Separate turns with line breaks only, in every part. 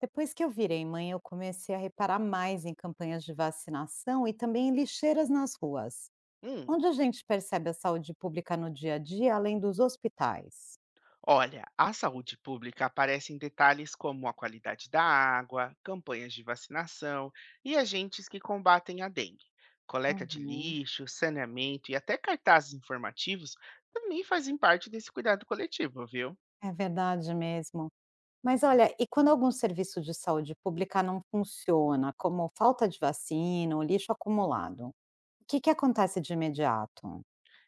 Depois que eu virei mãe, eu comecei a reparar mais em campanhas de vacinação e também em lixeiras nas ruas,
Hum,
onde a gente percebe a saúde pública no dia a dia, além dos hospitais.
olha, a saúde pública aparece em detalhes como a qualidade da água, campanhas de vacinação e agentes que combatem a dengue. Coleta de
Uhum.
lixo, saneamento e até cartazes informativos também fazem parte desse cuidado coletivo, viu?
É verdade mesmo. Mas olha, e quando algum serviço de saúde pública não funciona, como falta de vacina ou lixo acumulado, o que que acontece de imediato?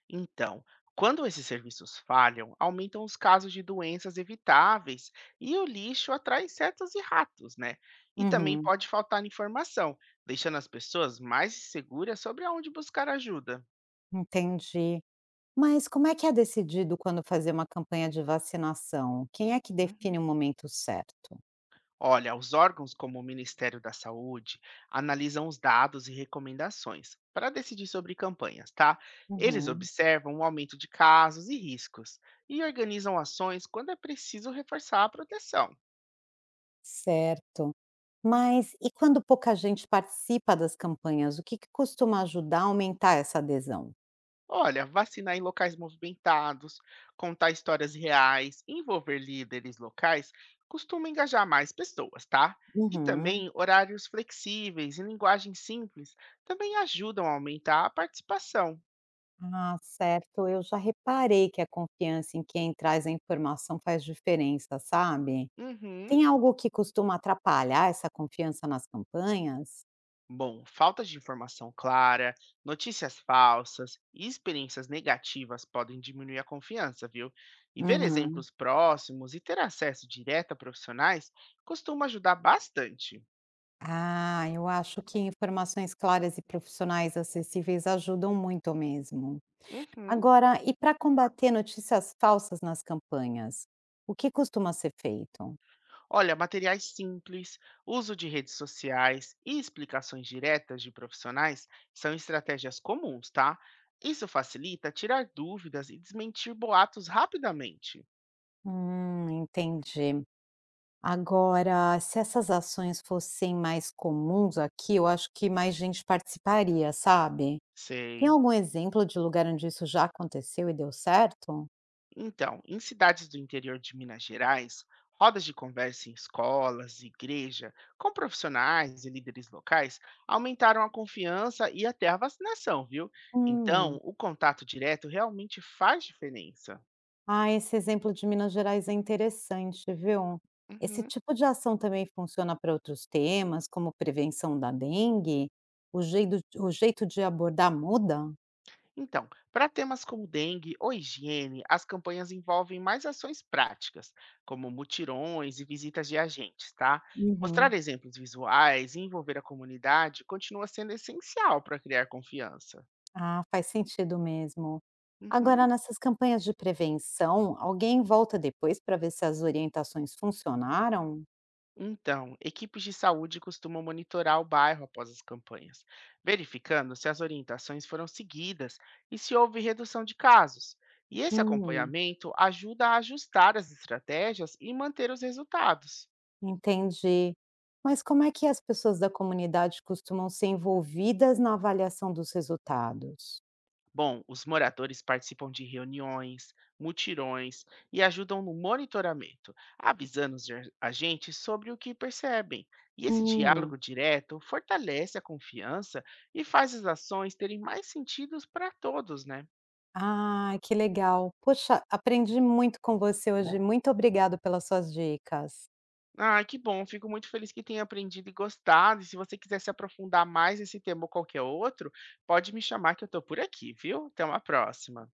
Então, quando esses serviços falham, aumentam os casos de doenças evitáveis e o lixo atrai insetos e ratos, né? E também
Uhum,
pode faltar informação, deixando as pessoas mais inseguras sobre aonde buscar ajuda.
entendi. Mas como é que é decidido quando fazer uma campanha de vacinação? Quem é que
Uhum.
define o momento certo?
Olha, os órgãos como o Ministério da Saúde analisam os dados e recomendações para decidir sobre campanhas, tá? Eles
Uhum,
observam o aumento de casos e riscos e organizam ações quando é preciso reforçar a proteção.
certo. Mas e quando pouca gente participa das campanhas, o que que costuma ajudar a aumentar essa adesão?
Olha, vacinar em locais movimentados, contar histórias reais, envolver líderes locais costuma engajar mais pessoas, tá? E
Uhum.
também horários flexíveis e linguagem simples também ajudam a aumentar a participação.
Ah, certo. Eu já reparei que a confiança em quem traz a informação faz diferença, sabe?
Uhum.
Tem algo que costuma atrapalhar essa confiança nas campanhas?
Bom, falta de informação clara, notícias falsas e experiências negativas podem diminuir a confiança, viu? E ver
Uhum.
exemplos próximos e ter acesso direto a profissionais costuma ajudar bastante.
Ah, eu acho que informações claras e profissionais acessíveis ajudam muito mesmo.
Uhum.
Agora, e para combater notícias falsas nas campanhas, o que costuma ser feito?
Olha, materiais simples, uso de redes sociais e explicações diretas de profissionais são estratégias comuns, tá? Isso facilita tirar dúvidas e desmentir boatos rapidamente.
Entendi. Agora, se essas ações fossem mais comuns aqui, eu acho que mais gente participaria, sabe? Tem
Sei.
algum exemplo de lugar onde isso já aconteceu e deu certo?
Então, em cidades do interior de Minas Gerais, rodas de conversa em escolas, igreja, com profissionais e líderes locais aumentaram a confiança e até a vacinação, viu? Então,
Hum.
o contato direto realmente faz diferença.
Ah, esse exemplo de Minas Gerais é interessante, viu? Esse
Uhum.
tipo de ação também funciona para outros temas, como prevenção da dengue? O jeito de abordar muda?
Então, para temas como dengue ou higiene, as campanhas envolvem mais ações práticas, como mutirões e visitas de agentes, tá? Mostrar
Uhum.
exemplos visuais e envolver a comunidade continua sendo essencial para criar confiança.
Ah, faz sentido mesmo.
Uhum.
Agora, nessas campanhas de prevenção, alguém volta depois para ver se as orientações funcionaram?
Então, equipes de saúde costumam monitorar o bairro após as campanhas, verificando se as orientações foram seguidas e se houve redução de casos. E esse
Hum,
acompanhamento ajuda a ajustar as estratégias e manter os resultados.
entendi. Mas como é que as pessoas da comunidade costumam ser envolvidas na avaliação dos resultados?
Bom, os moradores participam de reuniões, mutirões e ajudam no monitoramento, avisando os agentes sobre o que percebem. E esse
Hum.
diálogo direto fortalece a confiança e faz as ações terem mais sentido para todos, né?
Ai, que legal. Poxa, aprendi muito com você, né, hoje. Muito obrigado pelas suas dicas.
Ah, que bom, fico muito feliz que tenha aprendido e gostado. E se você quiser se aprofundar mais nesse tema ou qualquer outro, pode me chamar que eu estou por aqui, viu? Até uma próxima.